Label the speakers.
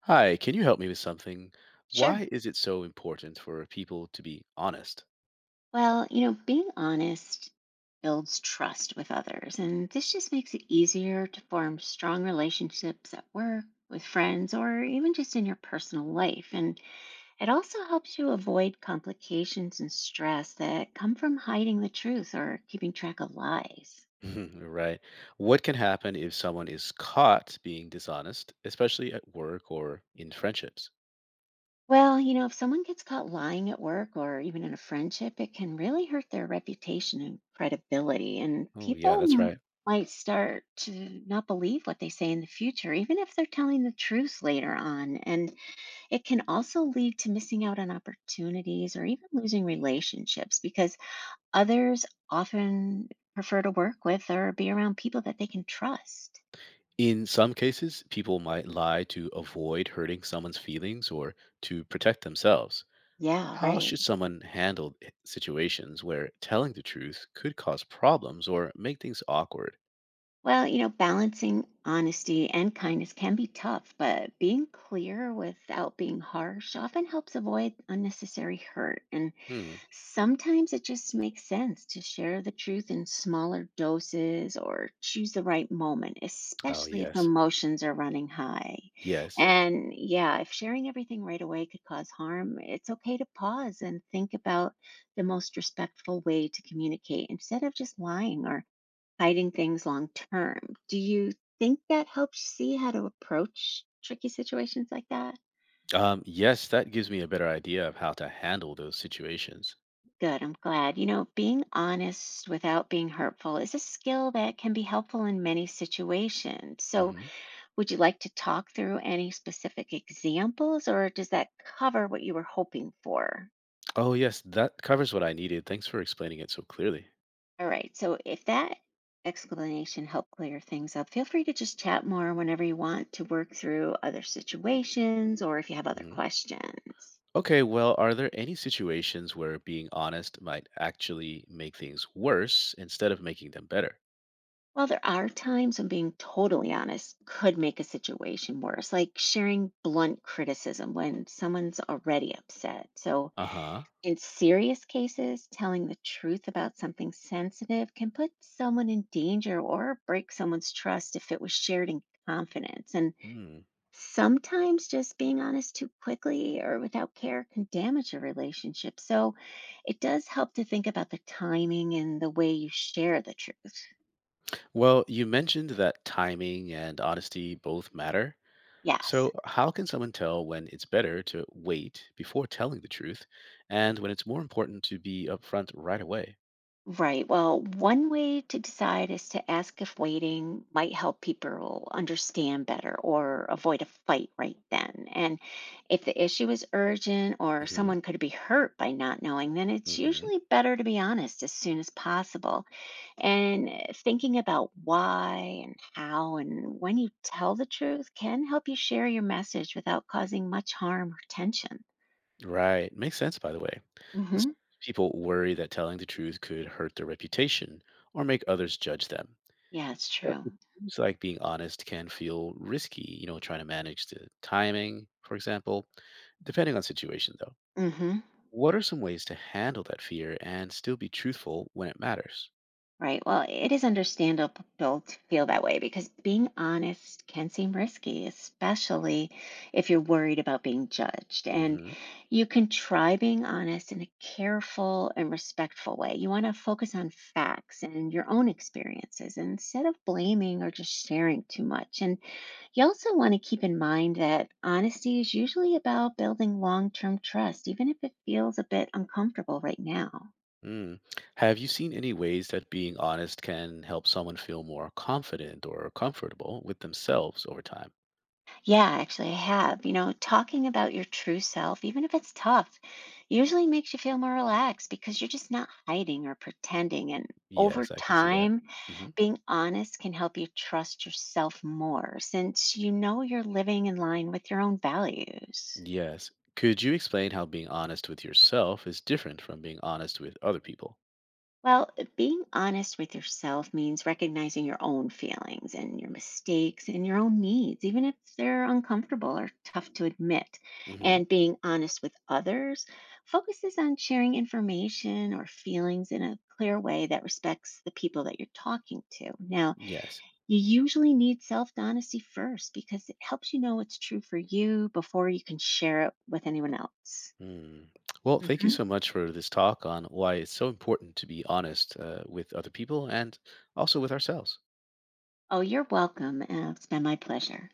Speaker 1: Hi, can you help me with something?
Speaker 2: Sure.
Speaker 1: Why is it so important for people to be honest?
Speaker 2: Well, you know, being honest builds trust with others, and this just makes it easier to form strong relationships at work, with friends, or even just in your personal life. And it also helps you avoid complications and stress that come from hiding the truth or keeping track of lies.
Speaker 1: Right. What can happen if someone is caught being dishonest, especially at work or in friendships?
Speaker 2: Well, you know, if someone gets caught lying at work or even in a friendship, it can really hurt their reputation and credibility. And
Speaker 1: Oh, yeah,
Speaker 2: people
Speaker 1: that's right.
Speaker 2: might start to not believe what they say in the future, even if they're telling the truth later on. And it can also lead to missing out on opportunities or even losing relationships because others often prefer to work with or be around people that they can trust.
Speaker 1: In some cases, people might lie to avoid hurting someone's feelings or to protect themselves.
Speaker 2: Yeah,
Speaker 1: How
Speaker 2: right.
Speaker 1: should someone handle situations where telling the truth could cause problems or make things awkward?
Speaker 2: Well, you know, balancing honesty and kindness can be tough, but being clear without being harsh often helps avoid unnecessary hurt. And
Speaker 1: Hmm.
Speaker 2: sometimes it just makes sense to share the truth in smaller doses or choose the right moment,
Speaker 1: Oh,
Speaker 2: especially if
Speaker 1: yes.
Speaker 2: emotions are running high.
Speaker 1: Yes.
Speaker 2: And yeah, if sharing everything right away could cause harm, it's okay to pause and think about the most respectful way to communicate instead of just lying or hiding things long term. Do you think that helps you see how to approach tricky situations like that?
Speaker 1: Yes, that gives me a better idea of how to handle those situations.
Speaker 2: Good, I'm glad. You know, being honest without being hurtful is a skill that can be helpful in many situations. So,
Speaker 1: Hmm.
Speaker 2: would you like to talk through any specific examples, or does that cover what you were hoping for?
Speaker 1: Oh, yes, that covers what I needed. Thanks for explaining it so clearly.
Speaker 2: All right, so if that explanation helped clear things up, feel free to just chat more whenever you want to work through other situations or if you have other
Speaker 1: Hmm.
Speaker 2: questions.
Speaker 1: Okay, well, are there any situations where being honest might actually make things worse instead of making them better?
Speaker 2: While there are times when being totally honest could make a situation worse, like sharing blunt criticism when someone's already upset. So,
Speaker 1: Uh huh.
Speaker 2: in serious cases, telling the truth about something sensitive can put someone in danger or break someone's trust if it was shared in confidence. And
Speaker 1: Hmm.
Speaker 2: sometimes just being honest too quickly or without care can damage a relationship. So, it does help to think about the timing and the way you share the truth.
Speaker 1: Well, you mentioned that timing and honesty both matter.
Speaker 2: Yes.
Speaker 1: So, how can someone tell when it's better to wait before telling the truth and when it's more important to be upfront right away?
Speaker 2: Right. Well, one way to decide is to ask if waiting might help people understand better or avoid a fight right then. And if the issue is urgent or
Speaker 1: Hmm.
Speaker 2: someone could be hurt by not knowing, then it's
Speaker 1: Hmm.
Speaker 2: usually better to be honest as soon as possible. And thinking about why and how and when you tell the truth can help you share your message without causing much harm or tension.
Speaker 1: Right. Makes sense, by the way.
Speaker 2: Hmm.
Speaker 1: Some people worry that telling the truth could hurt their reputation or make others judge them.
Speaker 2: Yeah, it's
Speaker 1: Yeah. It
Speaker 2: true.
Speaker 1: seems like being honest can feel risky, trying to manage the timing, for example, depending on situation, though.
Speaker 2: Hmm.
Speaker 1: What are some ways to handle that fear and still be truthful when it matters?
Speaker 2: Right. Well, it is understandable to feel that way because being honest can seem risky, especially if you're worried about being judged. And
Speaker 1: Hmm.
Speaker 2: you can try being honest in a careful and respectful way. You want to focus on facts and your own experiences instead of blaming or just sharing too much. And you also want to keep in mind that honesty is usually about building long term trust, even if it feels a bit uncomfortable right now.
Speaker 1: Mm. Have you seen any ways that being honest can help someone feel more confident or comfortable with themselves over time?
Speaker 2: Yeah, actually, I have. You know, talking about your true self, even if it's tough, usually makes you feel more relaxed because you're just not hiding or pretending. And over
Speaker 1: Yes, I can see that.
Speaker 2: time,
Speaker 1: Hmm.
Speaker 2: being honest can help you trust yourself more since you know you're living in line with your own values.
Speaker 1: Yes. Could you explain how being honest with yourself is different from being honest with other people?
Speaker 2: Well, being honest with yourself means recognizing your own feelings and your mistakes and your own needs, even if they're uncomfortable or tough to admit.
Speaker 1: Hmm.
Speaker 2: And being honest with others focuses on sharing information or feelings in a clear way that respects the people that you're talking to. Now,
Speaker 1: Yes.
Speaker 2: you usually need self honesty first because it helps you know what's true for you before you can share it with anyone else.
Speaker 1: Mm. Well, thank you
Speaker 2: Hmm.
Speaker 1: so much for this talk on why it's so important to be honest with other people and also with ourselves.
Speaker 2: Oh, you're welcome. It's been my pleasure.